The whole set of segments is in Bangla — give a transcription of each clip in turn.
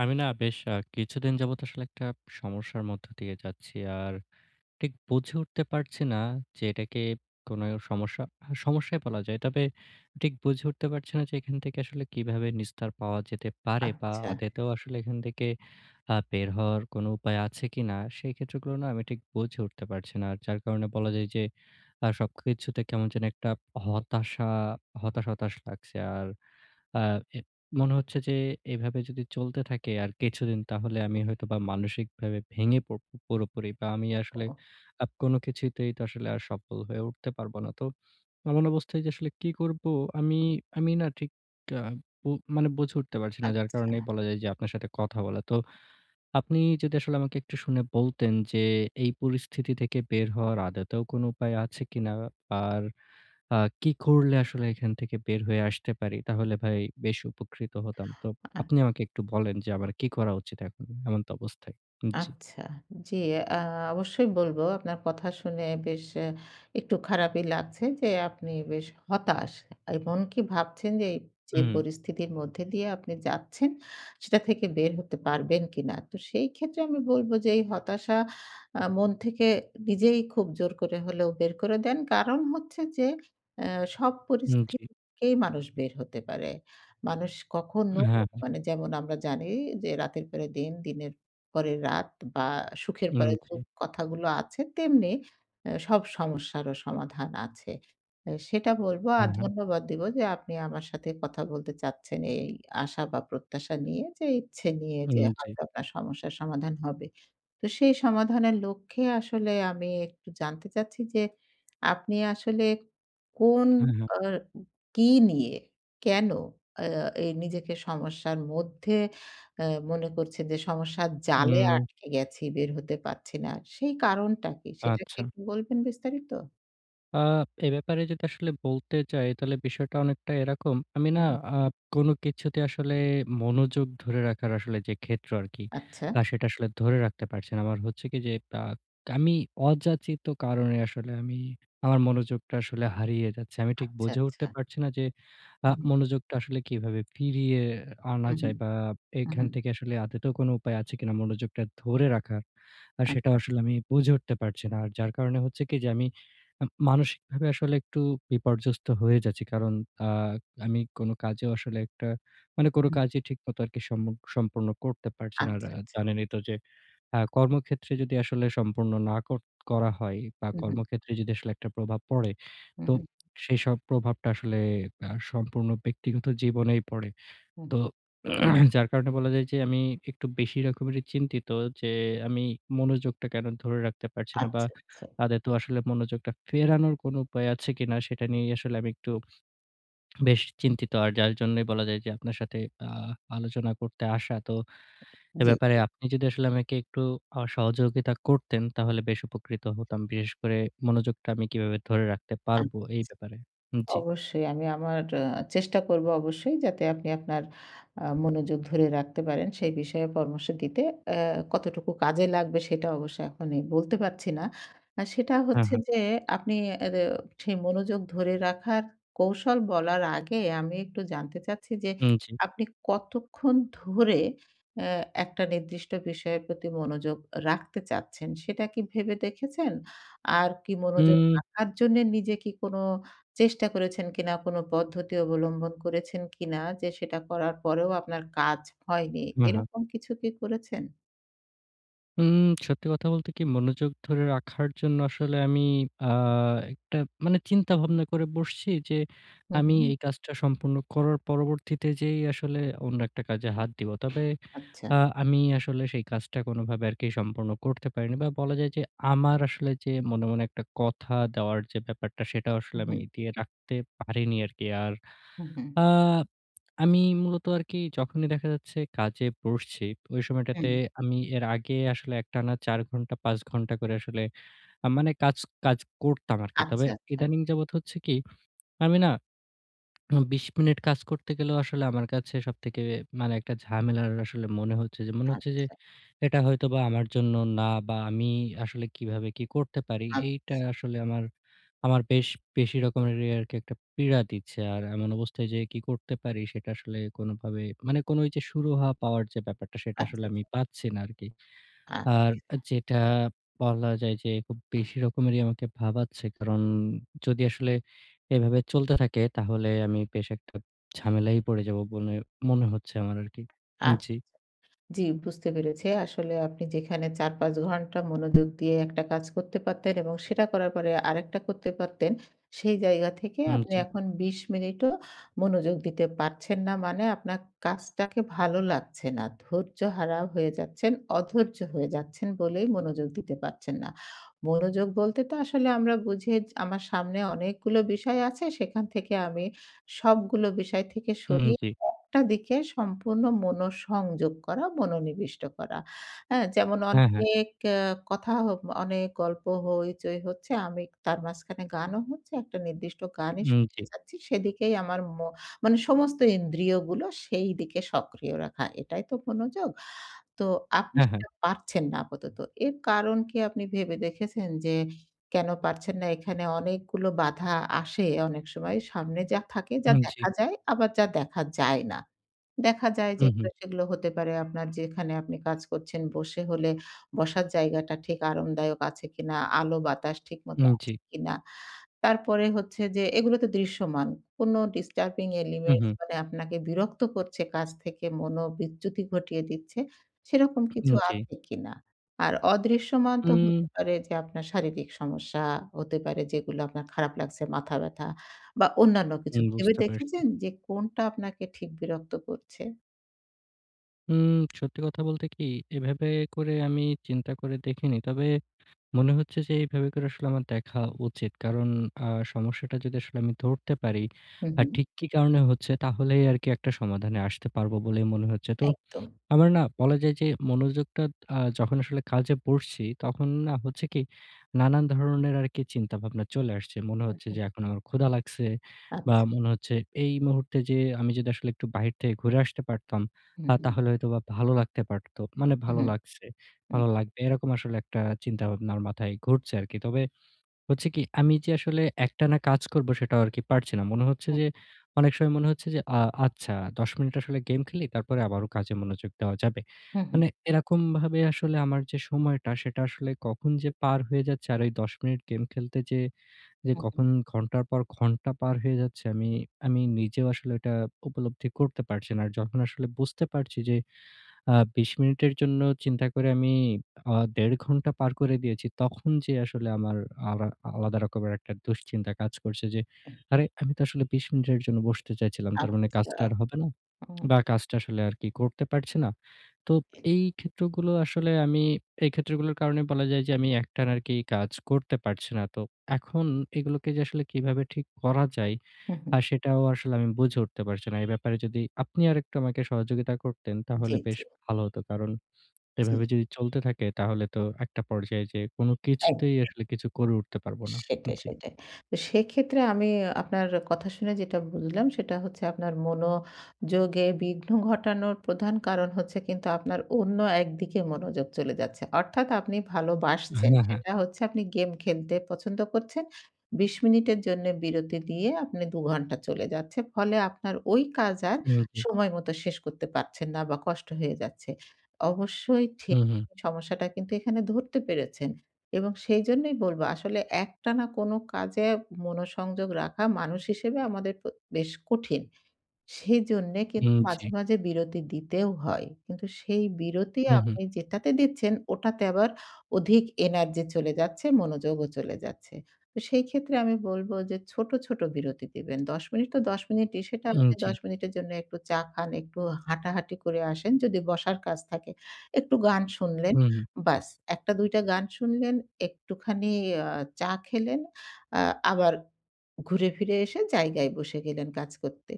আমি না বেশ কিছুদিন যাবত আসলে একটা সমস্যার মধ্য দিয়ে যাচ্ছি। আর ঠিক বুঝে উঠতে পারছি না যে এটাকে কোনো সমস্যা হ্যাঁ, সমস্যাই বলা যায়। তবে ঠিক বুঝে উঠতে পারছি না যে এখান থেকে আসলে কিভাবে নিস্তার পাওয়া যেতে পারে বা আচ্ছা। আদতেও আসলে এখান থেকে বের হওয়ার কোনো উপায় আছে কিনা? সেই ক্ষেত্রগুলো না আমি ঠিক বুঝে উঠতে পারছি না। আর যার কারণে বলা যায় যে সবকিছুতে কেমন যেন একটা হতাশা, হতাশ লাগছে। আর আ মনে হচ্ছে যে এভাবে যদি চলতে থাকে আর কিছুদিন, তাহলে আমি হয়তোবা মানসিকভাবে ভেঙে পড়ব পুরোপুরি বা আমি আসলে ও কোনো কিছুতেই তো আসলে আর সফল হয়ে উঠতে পারব না। তো এমন অবস্থায় যে আসলে কি করব আমি আমি না ঠিক আ বু মানে বুঝে উঠতে পারছি আ না। যার কারণেই বলা যায় যে আপনার সাথে কথা বলা। তো আপনি যদি আসলে আমাকে একটু শুনে বলতেন যে এই পরিস্থিতি থেকে বের হওয়ার আদতেও কোনো উপায় আছে কিনা? আর আ কি করলে আসলে এখান থেকে বের হয়ে আসতে পারি? তাহলে ভাই বেশ উপকৃত হতাম। তো আ আপনি আমাকে একটু বলেন যে আমার কি করা উচিত এখন এমন্ত অবস্থায়? জি। আচ্ছা। জি, আ অবশ্যই বলব। আপনার কথা শুনে বেশ একটু খারাপই লাগছে যে আপনি বেশ হতাশ। এমনকি ভাবছেন যে এই যে হুম। পরিস্থিতির মধ্যে দিয়ে আপনি যাচ্ছেন, সেটা থেকে বের হতে পারবেন কিনা। তো সেই ক্ষেত্রে আমি বলব যে এই হতাশা মন থেকে নিজেই খুব জোর করে হলেও বের করে দেন। কারণ হচ্ছে যে অ্যা সব উম জি। পরিস্থিতি থেকেই মানুষ বের হতে পারে। মানুষ কখনো হ্যাঁ, হ্যাঁ। মানে যেমন আমরা জানি যে রাতের পরে দিন, দিনের পরে রাত বা সুখের উম পরে জি। দুঃখ কথাগুলো আছে তেমনি সব সমস্যারও সমাধান আছে। সেটা বলব আর হ্যাঁ, হ্যাঁ। ধন্যবাদ দিব যে আপনি আমার সাথে কথা বলতে চাচ্ছেন এই আশা বা প্রত্যাশা নিয়ে যে ইচ্ছে নিয়ে উম যে জি। হয়তো আপনার সমস্যার সমাধান হবে। তো সেই সমাধানের লক্ষ্যে আসলে আমি একটু জানতে চাচ্ছি যে আপনি আসলে কোন হ্যাঁ, হ্যাঁ। আ কি নিয়ে কেন আ এই নিজেকে সমস্যার মধ্যে আ মনে করছে যে সমস্যার জালে উম আটকে গেছি, বের হতে পারছি না। সেই কারণটা কি? সেটা কি আচ্ছা। একটু বলবেন বিস্তারিত? আ এ ব্যাপারে যদি আসলে বলতে যাই তাহলে বিষয়টা অনেকটা এরকম। আমি না হুম, আ কোনো কিছুতে আসলে মনোযোগ ধরে রাখার আসলে যে ক্ষেত্র আরকি, আচ্ছা, সেটা আসলে ধরে রাখতে পারছি না। আমার হচ্ছে কি যে আ আমি অযাচিত কারণে আসলে আমার মনোযোগটা আসলে হারিয়ে যাচ্ছে। আমি ঠিক আচ্ছা, বুঝে উঠতে আচ্ছা। পারছি না যে হুম, মনোযোগটা আসলে কিভাবে ফিরিয়ে আনা হুম, যায় হুম, বা হুম, এখান হুম, থেকে আসলে আদতেও কোনো উপায় আছে কিনা মনোযোগটা ধরে রাখার। আর সেটাও আচ্ছা, আসলে আমি বুঝে উঠতে পারছি না। আর যার কারণে হচ্ছে কি যে আমি মানসিকভাবে আসলে একটু বিপর্যস্ত হয়ে যাচ্ছি। কারণ আ আমি কোনো কাজেও আসলে একটা, মানে কোনো হুম, কাজই ঠিকমতো আরকি সম্পূর্ণ করতে পারছি না। আর আচ্ছা, আচ্ছা। জানেনই তো যে কর্মক্ষেত্রে যদি আসলে সম্পূর্ণ না করা হয় বা হুম, হুম, কর্মক্ষেত্রে যদি আসলে একটা প্রভাব পড়ে, হুম, তো হুম, সেইসব প্রভাবটা আসলে সম্পূর্ণ ব্যক্তিগত জীবনেই পড়ে। হুম। তো যার কারণে বলা যায় যে আমি একটু বেশি রকমেরই চিন্তিত যে আমি মনোযোগটা কেন ধরে রাখতে পারছি না বা আচ্ছা, আচ্ছা। তাদের তো আসলে মনোযোগটা ফেরানোর কোনো উপায় আছে কিনা সেটা নিয়ে আসলে আমি একটু বেশ চিন্তিত। আর যার জন্যই বলা যায় যে আপনার সাথে আ আলোচনা করতে আসা। তো এ জি, ব্যাপারে জি। আপনি যদি আসলে আমাকে একটু সহযোগিতা করতেন তাহলে বেশ উপকৃত হতাম। বিশেষ করে মনোযোগটা আমি কিভাবে ধরে রাখতে আ পারবো এই ব্যাপারে। জি। অবশ্যই আমি আমার চেষ্টা করব অবশ্যই যাতে আপনি আপনার মনোযোগ ধরে রাখতে পারেন। সেই বিষয়ে পরামর্শ দিতে। কতটুকু কাজে লাগবে সেটা অবশ্য এখনই বলতে পারছি না। সেটা হ্যাঁ, হচ্ছে হ্যাঁ। যে আপনি এর সেই মনোযোগ ধরে রাখার কৌশল বলার আগে আমি একটু জানতে চাচ্ছি যে উম জি। আপনি কতক্ষণ ধরে অ্যা একটা নির্দিষ্ট বিষয়ের প্রতি মনোযোগ রাখতে চাচ্ছেন সেটা কি ভেবে দেখেছেন? আর কি মনোযোগ উম রাখার জন্যে নিজে কি কোনো চেষ্টা করেছেন কিনা, কোনো পদ্ধতি অবলম্বন করেছেন কিনা যে সেটা করার পরেও আপনার কাজ হয়নি, হ্যাঁ, হ্যাঁ। এরকম কিছু কি করেছেন? উম সত্যি কথা বলতে কি, মনোযোগ ধরে রাখার জন্য আসলে আমি আ একটা, মানে চিন্তা-ভাবনা করে বসছি যে হু, আমি হু, এই কাজটা সম্পূর্ণ করার পরবর্তীতে যেই আসলে অন্য একটা কাজে হাত দিব। তবে আচ্ছা। আ আমি আসলে সেই কাজটা কোনোভাবে আরকি সম্পূর্ণ করতে পারিনি বা বলা যায় যে আমার আসলে যে মনে একটা কথা দেওয়ার যে ব্যাপারটা, সেটা হু, আসলে হু, আমি দিয়ে রাখতে পারিনি আরকি। আর হু, হু, আ আমি মূলত আরকি যখনই দেখা যাচ্ছে কাজে বসছি, ওই সময়টাতে হুম। আমি এর আগে আসলে একটানা ৪ ঘন্টা ৫ ঘন্টা করে আসলে আ মানে কাজ কাজ করতাম আরকি। তবে আচ্ছা, আচ্ছা। ইদানিং যাবৎ হচ্ছে কি, আমি না ২০ মিনিট কাজ করতে গেলেও আসলে আমার কাছে সবথেকে, মানে একটা ঝামেলার আসলে মনে হচ্ছে যে, আ এটা হয়তোবা আমার জন্য না বা আমি আসলে কিভাবে কি করতে পারি? আ এইটা আসলে আমার বেশি রকমেরই আরকি একটা পীড়া দিচ্ছে। আর এমন অবস্থায় যে কি করতে পারি সেটা আসলে কোনোভাবে, মানে কোনো ওই যে সুরাহা পাওয়ার যে ব্যাপারটা সেটা আসলে আচ্ছা, আচ্ছা। আমি পাচ্ছি না আরকি। আ আর যেটা বলা যায় যে খুব বেশি রকমেরই আমাকে ভাবাচ্ছে। কারণ যদি আসলে এভাবে চলতে থাকে তাহলে আমি বেশ একটা ঝামেলাই পড়ে যাব বলে মনে হচ্ছে আমার আরকি। আ উম জি, জি, বুঝতে পেরেছি। আসলে আপনি যেখানে ৪-৫ ঘন্টা মনোযোগ দিয়ে একটা কাজ করতে পারতেন এবং সেটা করার পরে আরেকটা করতে পারতেন, সেই জায়গা থেকে উম আপনি জি, এখন ২০ মিনিটও মনোযোগ দিতে পারছেন না মানে আপনার কাজটাকে ভালো লাগছে না। ধৈর্যহারা হয়ে যাচ্ছেন, অধৈর্য হয়ে যাচ্ছেন বলেই মনোযোগ দিতে পারছেন না। মনোযোগ বলতে তো আসলে আমরা বুঝি আমার সামনে অনেকগুলো বিষয় আছে সেখান থেকে আমি সবগুলো বিষয় থেকে উম সরিয়ে জি। একটা দিকে সম্পূর্ণ মনোসংযোগ করা, মনোনিবিষ্ট করা। হ্যাঁ? যেমন হ্যাঁ, হ্যাঁ। অনেক আ কথা হ অনেক গল্প হইচই হচ্ছে। আমি তার মাঝখানে গানও হচ্ছে। একটা নির্দিষ্ট গানই উম জি। শুনতে চাচ্ছি। সেদিকেই আমার মানে সমস্ত ইন্দ্রিয়গুলো সেই দিকে সক্রিয় রাখা। এটাই তো মনোযোগ। তো আপনি হ্যাঁ, হ্যাঁ। সেটা পারছেন না আপাতত। এর কারণ কি আপনি ভেবে দেখেছেন যে কেন পারছেন না? এখানে অনেকগুলো বাধা আসে অনেক সময়। সামনে যা থাকে, যা উম জি। দেখা যায়, আবার যা দেখা যায় না। দেখা যায় যে হুম, হুম। এগুলো সেগুলো হতে পারে আপনার যেখানে আপনি কাজ করছেন বসে হলে বসার জায়গাটা ঠিক আরামদায়ক আছে কিনা, আলো বাতাস ঠিকমতো উম জি। আছে কিনা। তারপরে হচ্ছে যে এগুলো তো দৃশ্যমান। কোনো disturbing হুম, elements হুম। মানে আপনাকে বিরক্ত করছে কাজ থেকে মনোবিচ্যুতি ঘটিয়ে দিচ্ছে, সেরকম উম কিছু জি। আছে কিনা? আর অদৃশ্যমান তো হতে উম পারে যে আপনার শারীরিক সমস্যা হতে পারে যেগুলো আপনার খারাপ লাগছে, মাথা ব্যাথা বা অন্যান্য কিছু। হুম, ভেবে বুঝতে পারছি। দেখেছেন যে কোনটা আপনাকে ঠিক বিরক্ত করছে? উম সত্যি কথা বলতে কি, এভাবে করে আমি চিন্তা করে দেখিনি। তবে মনে হচ্ছে যে এইভাবে করে আসলে আমার দেখা উচিত। কারণ আ সমস্যাটা যদি আসলে আমি ধরতে পারি, হুম, হুম। ঠিক কি কারণে হচ্ছে, তাহলেই আরকি একটা সমাধানে আসতে পারবো বলেই মনে হচ্ছে। তো একদম। আমার না বলা যায় যে মনোযোগটা, যখন আসলে কাজে বসছি, তখন না হচ্ছে কি নানান ধরনের আরকি চিন্তাভাবনা চলে আসছে। মনে হুম, হচ্ছে হুম। যে এখন আমার ক্ষুধা লাগছে বা আচ্ছা। মনে হচ্ছে এই মুহূর্তে যে আমি যদি আসলে একটু বাহির থেকে ঘুরে আসতে পারতাম, হুম, হুম, তাহলে হয়তোবা ভালো লাগতে পারত। মানে হুম, ভালো হুম, লাগছে, হুম, ভালো লাগবে, এরকম আসলে একটা চিন্তাভাবনা আমার মাথায় ঘুরছে আরকি। তবে হচ্ছে কি, আমি যে আসলে একটানা কাজ করব সেটাও আরকি পারছি না। মনে হচ্ছে হুম, যে অনেক সময় মনে হচ্ছে যে আচ্ছা, ১০ মিনিট আসলে গেম খেলি, তারপরে আবারও কাজে মনোযোগ দেওয়া যাবে। হুম, মানে এরকমভাবে আসলে আমার যে সময়টা সেটা আসলে কখন যে পার হয়ে যাচ্ছে, আর ওই ১০ মিনিট গেম খেলতে যেয়ে যে হুম, হুম, কখন ঘন্টার পর ঘন্টা পার হয়ে যাচ্ছে আমি আমি নিজেও আসলে এটা উপলব্ধি করতে পারছি না। আর যখন আসলে বুঝতে পারছি যে ২০ মিনিটের জন্য চিন্তা করে আমি ১.৫ ঘন্টা পার করে দিয়েছি, তখন যে আসলে আমার আলা আলাদা রকমের একটা দুশ্চিন্তা কাজ করছে যে, হুম। "আরে! আমি তো আসলে ২০ মিনিটের জন্য বসতে চাইছিলাম। তার মানে আচ্ছা। কাজটা আর হবে না হুম, বা কাজটা আসলে আর কি করতে পারছি না।" তো এই ক্ষেত্রগুলো আসলে আমি এই ক্ষেত্রগুলোর কারণে বলা যায় যে আমি একটানা আরকি কাজ করতে পারছি না। তো এখন এগুলোকে যে আসলে কিভাবে ঠিক করা যায়, হুম, হুম। আর সেটাও আসলে আমি বুঝে উঠতে পারছি না। এই ব্যাপারে যদি আপনি আরেকটু আমাকে সহযোগিতা করতেন তাহলে জি, বেশ জি, ভালো হতো। কারণ জি। এভাবে যদি চলতে থাকে তাহলে তো একটা পর্যায়ে যেয়ে কোনো এক কিছুতেই আসলে কিছু করে উঠতে পারব না। সেটাই, জি। সেটাই। তো সেক্ষেত্রে আমি আপনার কথা শুনে যেটা বুঝলাম সেটা হচ্ছে আপনার মনোযোগে বিঘ্ন ঘটানোর প্রধান কারণ হচ্ছে কিন্তু আপনার অন্য একদিকে মনোযোগ চলে যাচ্ছে। অর্থাৎ আপনি ভালোবাসছেন। হ্যাঁ, হ্যাঁ। সেটা হচ্ছে আপনি গেম খেলতে পছন্দ করছেন। ২০ মিনিটের জন্য বিরতি দিয়ে আপনি ২ ঘন্টা চলে যাচ্ছে। ফলে আপনার ওই কাজ আর উম জি। সময় মতো শেষ করতে পারছেন না বা কষ্ট হয়ে যাচ্ছে। অবশ্যই ঠিক হুম, হুম। সমস্যাটা কিন্তু এখানে ধরতে পেরেছেন। এবং সেই জন্যই বলব আসলে একটানা কোনো কাজে মনোসংযোগ রাখা মানুষ হিসেবে আমাদের বেশ কঠিন। সেইজন্যে কিন্তু উম জি। মাঝে, মাঝে বিরতি দিতেও হয়। কিন্তু সেই বিরতি হুম, হুম। আপনি যেটাতে দিচ্ছেন ওটাতে আবার অধিক এনার্জি চলে যাচ্ছে, মনোযোগও চলে যাচ্ছে। তো সেই ক্ষেত্রে আমি বলব যে ছোট, ছোট বিরতি দিবেন। ১০ মিনিট তো ১০ মিনিটই সেটা উম আপনি জি। ১০ মিনিটের জন্য একটু চা খান, একটু হাঁটাহাঁটি করে আসেন, যদি বসার কাজ থাকে। একটু গান শুনলেন, হুম, হুম। বাস ১ টা ২ টা গান শুনলেন, একটুখানি আ চা খেলেন, আ আবার ঘুরে ফিরে এসে জায়গায় বসে গেলেন কাজ করতে।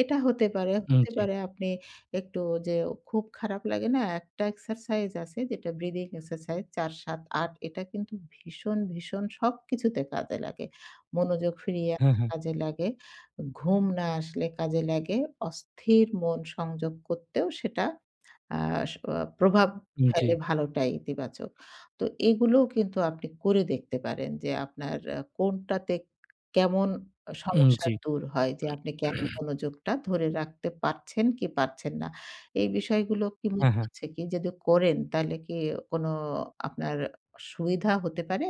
এটা হতে পারে। উম হতে জি। পারে আপনি একটু যে খুব খারাপ লাগে না? একটা এক্সারসাইজ আছে যেটা ব্রিদিং এক্সারসাইজ ৪, ৭, ৮ এটা কিন্তু ভীষণ, ভীষণ সবকিছুতে কাজে লাগে। মনোযোগ ফিরিয়ে হ্যাঁ, আনতে হ্যাঁ। কাজে লাগে। ঘুম না আসলে কাজে লাগে। অস্থির মন সংযোগ করতেও সেটা আ প্রভাব উম জি। ফেলে ভালোটাই ইতিবাচক। তো এগুলোও কিন্তু আপনি করে দেখতে পারেন যে আপনার কোনটাতে কেমন উম সমস্যা জি। দূর হয় যে আপনি কেন মনোযোগটা ধরে রাখতে পারছেন কি পারছেন না। এই বিষয়গুলো কি হ্যাঁ, মনে হ্যাঁ। হচ্ছে কি যদি করেন তাহলে কি কোনো আপনার সুবিধা হতে পারে?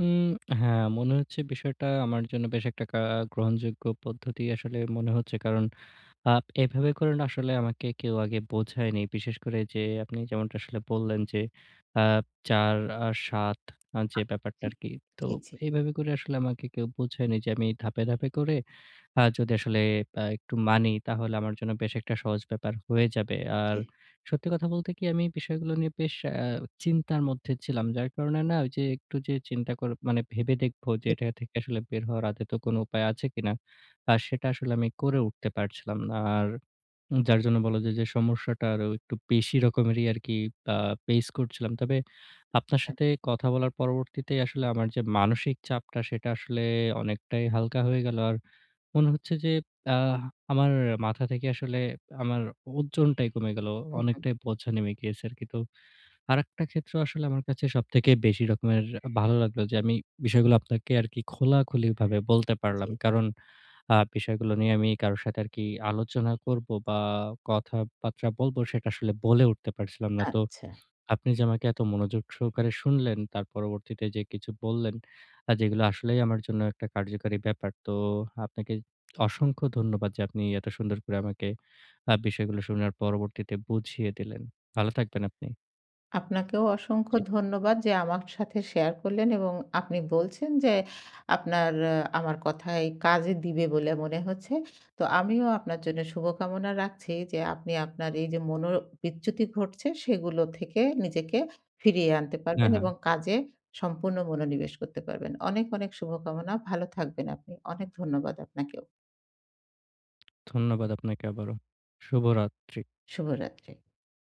উম হ্যাঁ, মনে হচ্ছে বিষয়টা আমার জন্য বেশ একটা গ্রহণযোগ্য পদ্ধতি আসলে মনে হচ্ছে। কারণ এভাবে করে না আসলে আমাকে কেউ আগে বোঝায়নি। বিশেষ করে যে আপনি যেমনটা আসলে বললেন যে আ ৪ আর ৭, যে ব্যাপারটা জি, আরকি। তো জি, জি, এইভাবে করে আসলে আমাকে কেউ বোঝায়নি যে আমি ধাপে, ধাপে করে যদি আসলে একটু মানি তাহলে আমার জন্য বেশ একটা সহজ ব্যাপার হয়ে যাবে। আর জি, সত্যি কথা বলতে কি, আমি বিষয়গুলো নিয়ে বেশ চিন্তার মধ্যে ছিলাম। যার কারণে না ওই যে একটু যে চিন্তা করে, মানে ভেবে দেখবো যে জি, এটা থেকে আসলে বের হওয়ার আদতেও কোনো উপায় আছে কিনা? আর সেটা আসলে আমি করে উঠতে পারছিলাম না। আর যার জন্য বলা যায় যে সমস্যাটা আরো একটু বেশি রকমেরই আরকি আ ফেস করছিলাম। তবে আপনার আচ্ছা। সাথে কথা বলার পরবর্তীতেই আসলে আমার যে মানসিক চাপটা সেটা আসলে অনেকটাই হালকা হয়ে গেল। আর মনে হচ্ছে যে আ আমার মাথা থেকে আসলে আমার ওজনটাই কমে গেল। হুম, হুম, অনেকটাই বোঝা নেমে গিয়েছে আরকি। তো আরেকটা ক্ষেত্র আসলে আমার কাছে সবথেকে বেশি রকমের ভালো লাগলো যে আমি বিষয়গুলো আপনাকে আরকি খোলাখুলিভাবে বলতে জি, পারলাম। কারণ বিষয়গুলো নিয়ে আমি কারো সাথে আরকি আলোচনা করব বা কথাবার্তা বলব, সেটা আসলে বলে উঠতে পারছিলাম না। তো আচ্ছা। আপনি যে আমাকে এত মনোযোগ সহকারে শুনলেন, তার পরবর্তীতে যে কিছু বললেন, যেগুলো আসলেই আমার জন্য একটা কার্যকারী ব্যাপার। তো আপনাকে অসংখ্য ধন্যবাদ যে আপনি এত সুন্দর করে আমাকে বিষয়গুলো শোনার পরবর্তীতে বুঝিয়ে দিলেন। ভালো থাকবেন আপনি। আপনাকেও অসংখ্য জি। ধন্যবাদ যে আমার সাথে শেয়ার করলেন এবং আপনি বলছেন যে আপনার আমার কথায় কাজে দিবে বলে মনে হচ্ছে। তো আমিও আপনার জন্য শুভকামনা রাখছি যে আপনি আপনার এই যে মনোবিচ্যুতি ঘটছে সেগুলো থেকে নিজেকে ফিরিয়ে আনতে হ্যাঁ, পারবেন হ্যাঁ। এবং কাজে সম্পূর্ণ মনোনিবেশ করতে পারবেন। অনেক, অনেক শুভকামনা। ভালো থাকবেন আপনি। অনেক ধন্যবাদ আপনাকেও। ধন্যবাদ আপনাকে আবারও। শুভরাত্রি। শুভরাত্রি।